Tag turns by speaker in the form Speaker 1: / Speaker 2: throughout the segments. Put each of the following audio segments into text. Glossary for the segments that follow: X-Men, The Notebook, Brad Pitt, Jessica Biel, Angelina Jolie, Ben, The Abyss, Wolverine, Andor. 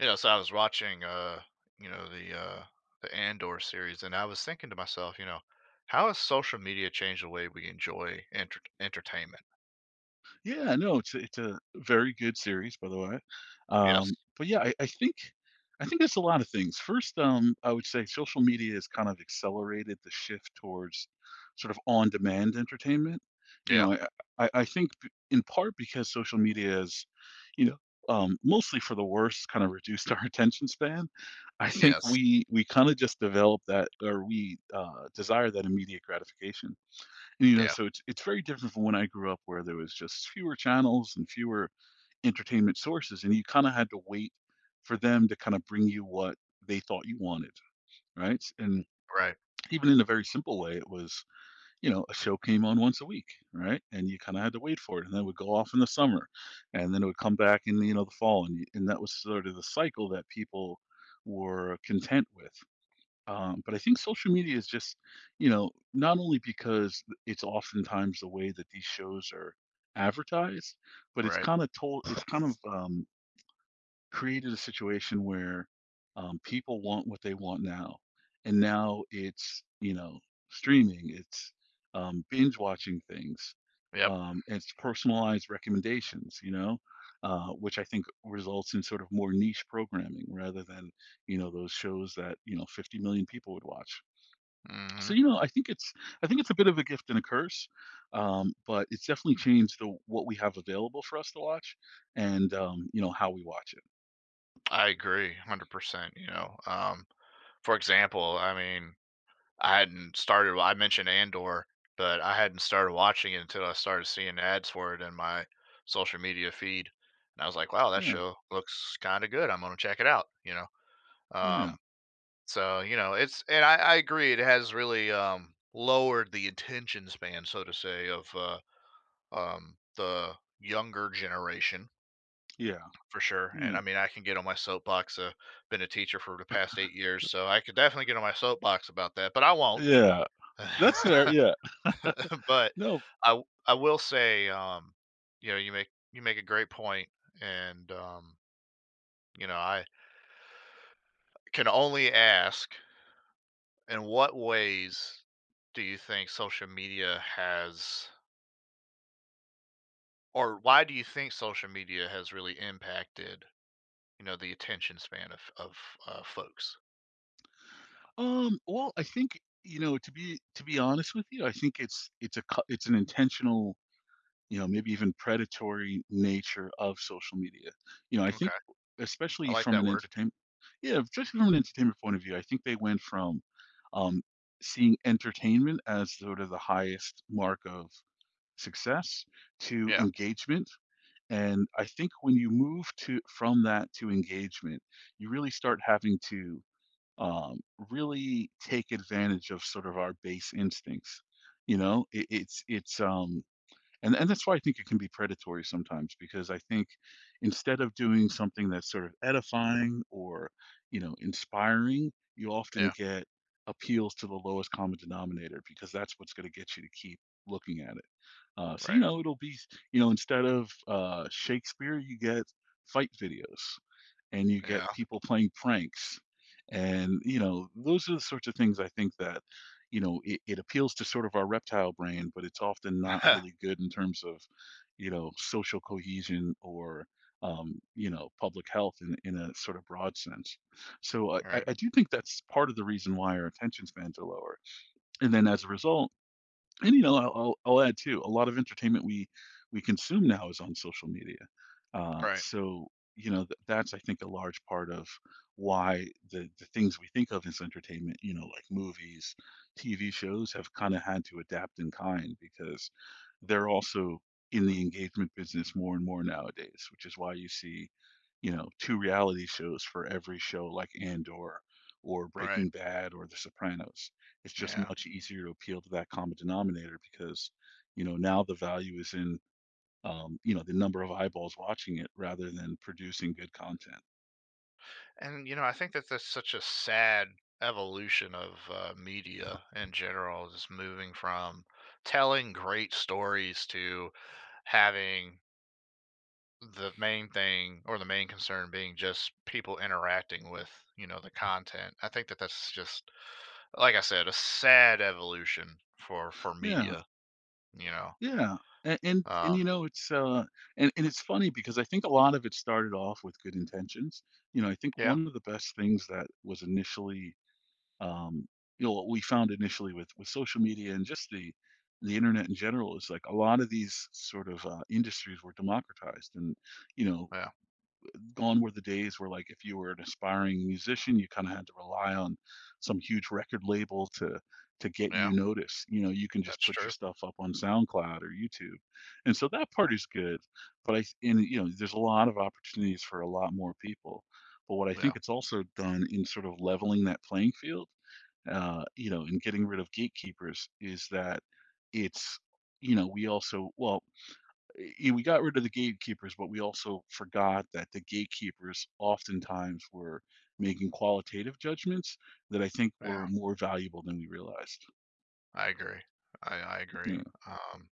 Speaker 1: So I was watching, you know, the uh, the Andor series, and I was thinking to myself, how has social media changed the way we enjoy entertainment?
Speaker 2: Yeah, no, it's a very good series, by the way.
Speaker 1: Yes.
Speaker 2: But yeah, I think I think it's a lot of things. First, I would say social media has kind of accelerated the shift towards sort of on-demand entertainment. You
Speaker 1: Yeah.
Speaker 2: know, I I think in part because social media is, you know, mostly for the worse, kind of reduced our attention span. I think
Speaker 1: Yes.
Speaker 2: we kind of just develop that, or we desire that immediate gratification,
Speaker 1: Yeah.
Speaker 2: so it's very different from when I grew up, where there was just fewer channels and fewer entertainment sources, and you kinda had to wait for them to kinda bring you what they thought you wanted, right? And
Speaker 1: Right.
Speaker 2: even in a very simple way, it was, a show came on once a week, right? And you kinda had to wait for it, and then it would go off in the summer, and then it would come back in, you know, the fall, and that was sort of the cycle that people were content with. But I think social media is just, you know, not only because it's oftentimes the way that these shows are advertised, but it's
Speaker 1: Right.
Speaker 2: kind of told, it's kind of created a situation where people want what they want now, and now it's, you know, streaming, it's binge watching things,
Speaker 1: Yep.
Speaker 2: and it's personalized recommendations, you know, which I think results in sort of more niche programming rather than, you know, those shows that, you know, 50 million people would watch.
Speaker 1: Hmm.
Speaker 2: So, you know, I think it's a bit of a gift and a curse, but it's definitely changed the what we have available for us to watch, and you know, how we watch it.
Speaker 1: I agree, 100%. For example, I hadn't started. I mentioned Andor, but I hadn't started watching it until I started seeing ads for it in my social media feed, and I was like, "Wow, that
Speaker 2: Yeah.
Speaker 1: show looks kind of good. I'm gonna check it out." You know.
Speaker 2: Yeah,
Speaker 1: Um, it's and I agree, it has really lowered the attention span, so to say, of the younger generation
Speaker 2: yeah,
Speaker 1: for sure. And I
Speaker 2: yeah,
Speaker 1: mean, I can get on my soapbox. Been a teacher for the past 8 years, so I could definitely get on my soapbox about that, but I won't.
Speaker 2: yeah. That's fair. Yeah.
Speaker 1: But
Speaker 2: No.
Speaker 1: I will say, you make a great point, and I can only ask in what ways do you think social media has or why do you think social media has really impacted, the attention span of, folks?
Speaker 2: Well, I think, you know, to be honest with you, I think it's a it's an intentional, you know, maybe even predatory nature of social media. You know, I
Speaker 1: Okay.
Speaker 2: think,
Speaker 1: I
Speaker 2: especially
Speaker 1: like
Speaker 2: from
Speaker 1: that
Speaker 2: an
Speaker 1: word.
Speaker 2: entertainment, yeah, just from an entertainment point of view, I think they went from um seeing entertainment as sort of the highest mark of success to
Speaker 1: Yeah,
Speaker 2: engagement. And I think when you move to from that to engagement, you really start having to, um, really take advantage of sort of our base instincts. You know, it, it's And that's why I think it can be predatory sometimes, because I think instead of doing something that's sort of edifying or, you know, inspiring, you often
Speaker 1: yeah,
Speaker 2: get appeals to the lowest common denominator because that's what's going to get you to keep looking at it. So, you
Speaker 1: right.
Speaker 2: know, it'll be, you know, instead of Shakespeare, you get fight videos and you
Speaker 1: Yeah.
Speaker 2: get people playing pranks, and, you know, those are the sorts of things I think that, you know, it appeals to sort of our reptile brain, but it's often not really good in terms of, you know, social cohesion or, you know, public health in a sort of broad sense. So I, I
Speaker 1: Right,
Speaker 2: I do think that's part of the reason why our attention spans are lower, and then as a result, and you know, I'll add too, a lot of entertainment we consume now is on social media.
Speaker 1: right,
Speaker 2: So, you know, that's, I think, a large part of why the things we think of as entertainment, you know, like movies, TV shows, have kind of had to adapt in kind, because they're also in the engagement business more and more nowadays, which is why you see, you know, two reality shows for every show like Andor or
Speaker 1: right,
Speaker 2: Breaking Bad or The Sopranos. It's just
Speaker 1: yeah.
Speaker 2: much easier to appeal to that common denominator because, you know, now the value is in, you know, the number of eyeballs watching it rather than producing good content.
Speaker 1: And, you know, I think that that's such a sad evolution of, media in general, just moving from telling great stories to having the main thing or the main concern being just people interacting with, the content. I think that that's just like I said, a sad evolution for
Speaker 2: Yeah,
Speaker 1: media, you know.
Speaker 2: yeah, and
Speaker 1: Um
Speaker 2: you know, it's and it's funny because I think a lot of it started off with good intentions. You know, I think
Speaker 1: yeah,
Speaker 2: one of the best things that was initially, um you know, what we found initially with social media and just the internet in general, is like, a lot of these sort of industries were democratized, and, you know,
Speaker 1: yeah,
Speaker 2: gone were the days where, like, if you were an aspiring musician, you kind of had to rely on some huge record label to get
Speaker 1: yeah.
Speaker 2: you noticed. You know, you can just
Speaker 1: That's
Speaker 2: put your
Speaker 1: true.
Speaker 2: stuff up on SoundCloud or YouTube, and so that part is good. But i and you know, there's a lot of opportunities for a lot more people, but what I
Speaker 1: Yeah.
Speaker 2: think it's also done in sort of leveling that playing field, you know, and getting rid of gatekeepers, is that it's you know, we also, we got rid of the gatekeepers, but we also forgot that the gatekeepers oftentimes were making qualitative judgments that I think
Speaker 1: Yeah.
Speaker 2: were more valuable than we realized.
Speaker 1: I agree. I agree.
Speaker 2: Yeah.
Speaker 1: Um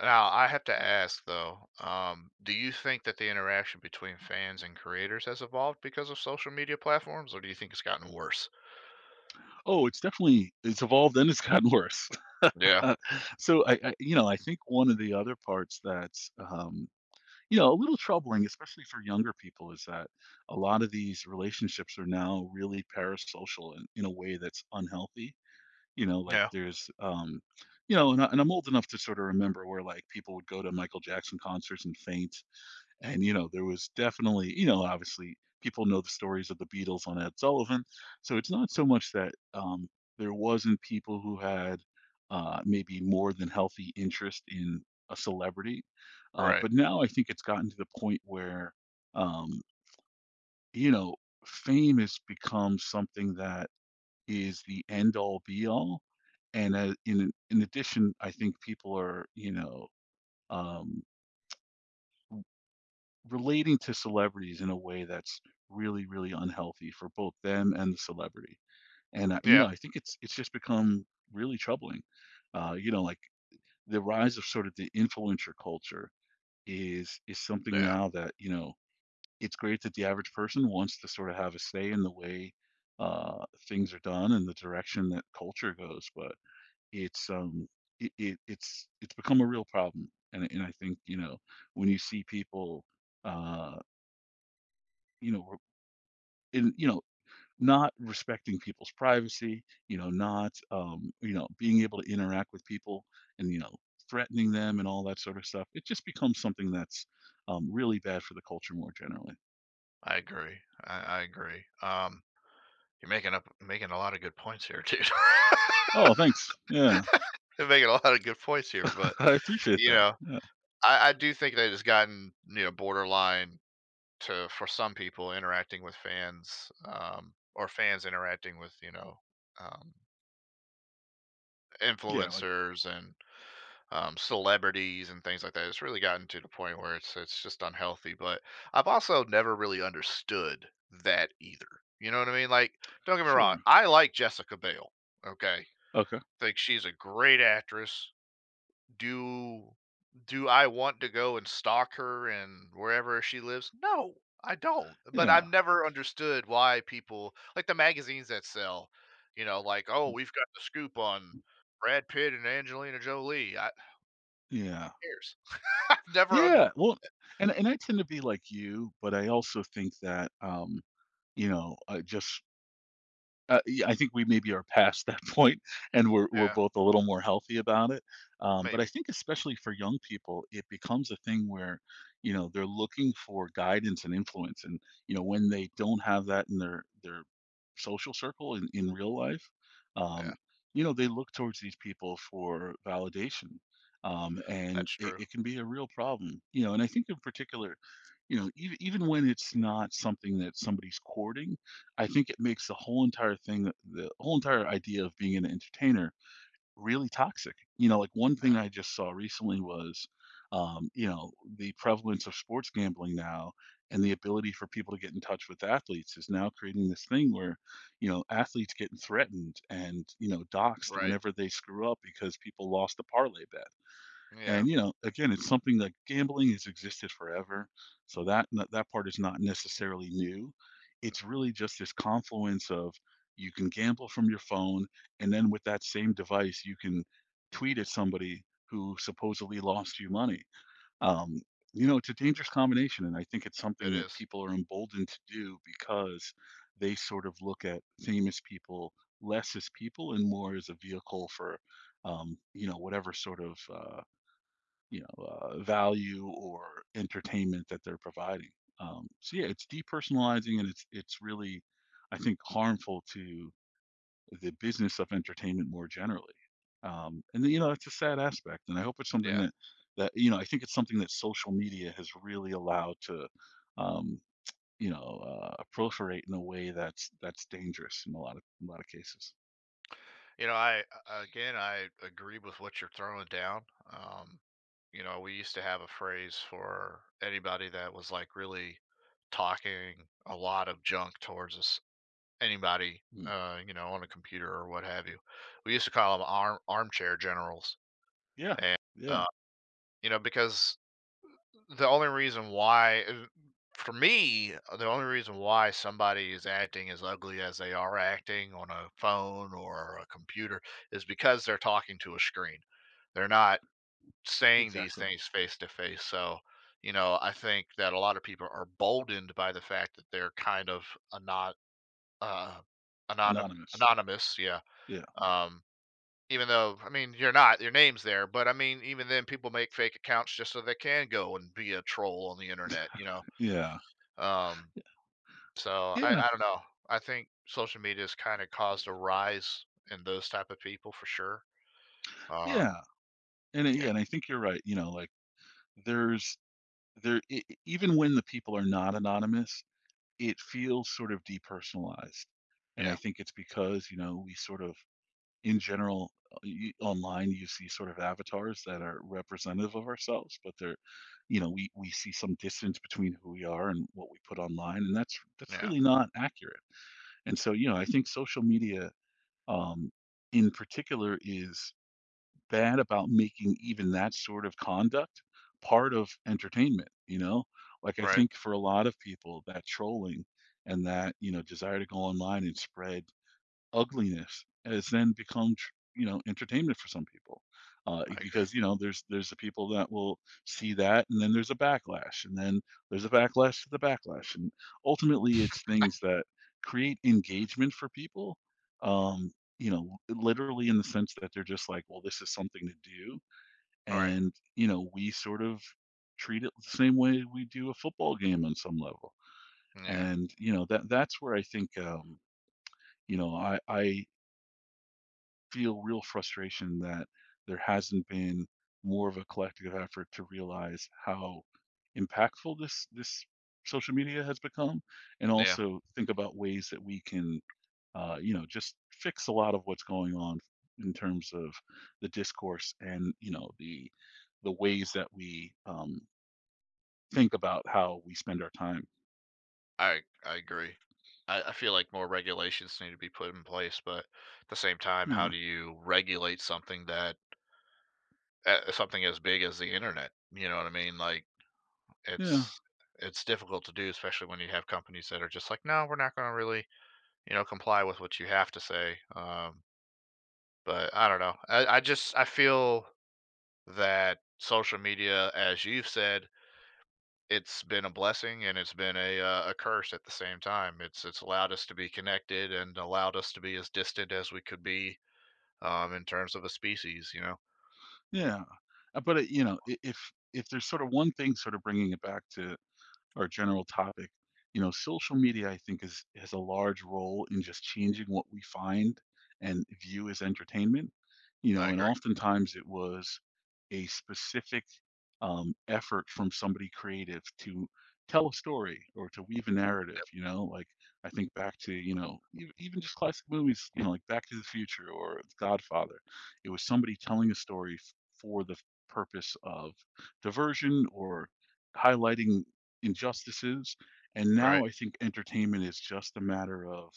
Speaker 1: Now I have to ask though, do you think that the interaction between fans and creators has evolved because of social media platforms or do you think it's gotten worse?
Speaker 2: Oh, it's definitely, it's evolved and it's gotten worse.
Speaker 1: Yeah.
Speaker 2: Uh, so I, you know, I think one of the other parts that's, you know, a little troubling, especially for younger people, is that a lot of these relationships are now really parasocial in a way that's unhealthy. You know, like,
Speaker 1: Yeah.
Speaker 2: there's, you know, and, and I'm old enough to sort of remember where, like, people would go to Michael Jackson concerts and faint. And, you know, there was definitely, you know, obviously, people know the stories of the Beatles on Ed Sullivan. So it's not so much that, there wasn't people who had maybe more than healthy interest in a celebrity.
Speaker 1: Right.
Speaker 2: But now I think it's gotten to the point where, um, you know, fame has become something that is the end all be all. And in addition, I think people are, you know, um, relating to celebrities in a way that's really, really unhealthy for both them and the celebrity. And you
Speaker 1: Yeah.
Speaker 2: know, I think it's just become really troubling. You know, like, the rise of sort of the influencer culture is something
Speaker 1: Yeah.
Speaker 2: now that, you know, it's great that the average person wants to sort of have a say in the way things are done and the direction that culture goes, but it's um it, it's it's become a real problem, and I think, you know, when you see people uh you know, in, you know, not respecting people's privacy, you know, not you know, being able to interact with people, and you know, threatening them and all that sort of stuff, it just becomes something that's, really bad for the culture more generally.
Speaker 1: I agree. I agree. You're making a lot of good points here, dude.
Speaker 2: Oh, thanks. Yeah.
Speaker 1: You're making a lot of good points here, but
Speaker 2: I appreciate
Speaker 1: you
Speaker 2: that.
Speaker 1: know,
Speaker 2: Yeah.
Speaker 1: I do think that it's gotten you know borderline to for some people interacting with fans, or fans interacting with um,
Speaker 2: Yeah, like.
Speaker 1: influencers and celebrities and things like that. It's really gotten to the point where it's just unhealthy. But I've also never really understood that either. You know what I mean? Like, don't get me wrong,
Speaker 2: Sure.
Speaker 1: I like Jessica Biel. Okay,
Speaker 2: Okay.
Speaker 1: think she's a great actress. Do do I want to go and stalk her and wherever she lives? No, I don't. But
Speaker 2: Yeah,
Speaker 1: I've never understood why people like the magazines that sell, you know, like, oh, we've got the scoop on Brad Pitt and Angelina Jolie. Who
Speaker 2: yeah.
Speaker 1: cares? I've never under
Speaker 2: Yeah, well, and I tend to be like you, but I also think that, you know, just yeah, I think we maybe are past that point, and we're
Speaker 1: Yeah,
Speaker 2: both a little more healthy about it. But I
Speaker 1: maybe.
Speaker 2: think, especially for young people, it becomes a thing where, you know, they're looking for guidance and influence, and you know, when they don't have that in their social circle in real life,
Speaker 1: Yeah,
Speaker 2: um, you know, they look towards these people for validation, and
Speaker 1: that's
Speaker 2: it,
Speaker 1: true.
Speaker 2: it can be a real problem. You know, and I think in particular, you know, even when it's not something that somebody's courting, I think it makes the whole entire thing, the whole entire idea of being an entertainer really toxic. You know, like, one
Speaker 1: Yeah,
Speaker 2: thing I just saw recently was, you know, the prevalence of sports gambling now and the ability for people to get in touch with athletes is now creating this thing where, you know, athletes getting threatened and, you know, doxxed
Speaker 1: right.
Speaker 2: whenever they screw up because people lost a parlay bet.
Speaker 1: Yeah,
Speaker 2: And, you know, again, it's something that gambling has existed forever, so that part is not necessarily new. It's really just this confluence of, you can gamble from your phone, and then with that same device, you can tweet at somebody who supposedly lost you money. Um, you know, it's a dangerous combination, and I think it's
Speaker 1: it
Speaker 2: something that
Speaker 1: is.
Speaker 2: people are emboldened to do because they sort of look at famous people less as people and more as a vehicle for, you know, whatever sort of, you know, value or entertainment that they're providing. So yeah, it's depersonalizing and it's really, I think, harmful to the business of entertainment more generally. And then, you know, it's a sad aspect, and I hope it's something
Speaker 1: Yeah.
Speaker 2: that you know, I think it's something that social media has really allowed to, um, you know, proliferate in a way that's dangerous in a lot of cases.
Speaker 1: You know, I again, I agree with what you're throwing down. Um, you know, we used to have a phrase for anybody that was like really talking a lot of junk towards us, anybody,
Speaker 2: Mm.
Speaker 1: you know, on a computer or what have you. We used to call them armchair generals,
Speaker 2: Yeah,
Speaker 1: and
Speaker 2: yeah,
Speaker 1: uh, you know, because the only reason why for me the only reason why somebody is acting as ugly as they are acting on a phone or a computer is because they're talking to a screen, they're not saying these
Speaker 2: exactly.
Speaker 1: things face to face. So you know I think that a lot of people are boldened by the fact that they're kind of anon- uh, anonym
Speaker 2: Anonymous.
Speaker 1: anonymous, yeah.
Speaker 2: Yeah,
Speaker 1: Um, Even though, I mean, you're not, your name's there, but I mean, even then, people make fake accounts just so they can go and be a troll on the internet, you know?
Speaker 2: yeah,
Speaker 1: Um, so
Speaker 2: yeah,
Speaker 1: I don't know. I think social media has kind of caused a rise in those type of people for sure. Um,
Speaker 2: yeah. And I, yeah,
Speaker 1: yeah,
Speaker 2: and I think you're right, you know, like, there's, there e e even when the people are not anonymous, it feels sort of depersonalized, and I
Speaker 1: yeah,
Speaker 2: think it's because, you know, we sort of in general, you online, you see sort of avatars that are representative of ourselves, but they're, you know, we see some distance between who we are and what we put online, and that's
Speaker 1: yeah,
Speaker 2: really not accurate, and so, you know, I think social media, um, in particular, is bad about making even that sort of conduct part of entertainment, you know? Like, I
Speaker 1: right.
Speaker 2: think for a lot of people, that trolling and that, you know, desire to go online and spread ugliness has then become you know, entertainment for some people,
Speaker 1: I agree.
Speaker 2: because, you know, there's the people that will see that, and then there's a backlash, and then there's a backlash to the backlash, and ultimately it's things that create engagement for people, um you know, literally in the sense that they're just like, well, this is something to do,
Speaker 1: All right.
Speaker 2: and you know, we sort of treat it the same way we do a football game on some level,
Speaker 1: Yeah,
Speaker 2: and you know, that that's where I think, you know, I feel real frustration that there hasn't been more of a collective effort to realize how impactful this this social media has become, and
Speaker 1: yeah,
Speaker 2: also think about ways that we can, you know, just fix a lot of what's going on in terms of the discourse and, you know, the ways that we, think about how we spend our time.
Speaker 1: I agree. I feel like more regulations need to be put in place, but at the same time, how
Speaker 2: Yeah,
Speaker 1: do you regulate something that something as big as the internet? You know what I mean? Like,
Speaker 2: yeah,
Speaker 1: it's it's difficult to do, especially when you have companies that are just like, no, we're not going to really, you know, comply with what you have to say. But I don't know. I just I feel that social media, as you've said, it's been a blessing and it's been a curse at the same time. It's allowed us to be connected and allowed us to be as distant as we could be in terms of a species. You know,
Speaker 2: yeah. But it, you know, if if there's sort of one thing, sort of bringing it back to our general topic, you know, social media, I think, is has a large role in just changing what we find and view as entertainment. You
Speaker 1: I
Speaker 2: know, and
Speaker 1: agree.
Speaker 2: oftentimes it was a specific, effort from somebody creative to tell a story or to weave a narrative.
Speaker 1: Yep.
Speaker 2: You know, like, I think back to, you know, even just classic movies, you know, like Back to the Future or The Godfather. It was somebody telling a story for the purpose of diversion or highlighting injustices. And
Speaker 1: Right.
Speaker 2: now I think entertainment is just a matter of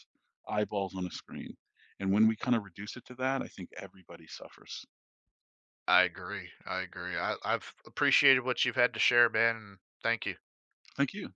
Speaker 2: eyeballs on a screen. And when we kind of reduce it to that, I think everybody suffers.
Speaker 1: I agree. I agree. I've appreciated what you've had to share, Ben. And thank you.
Speaker 2: Thank you.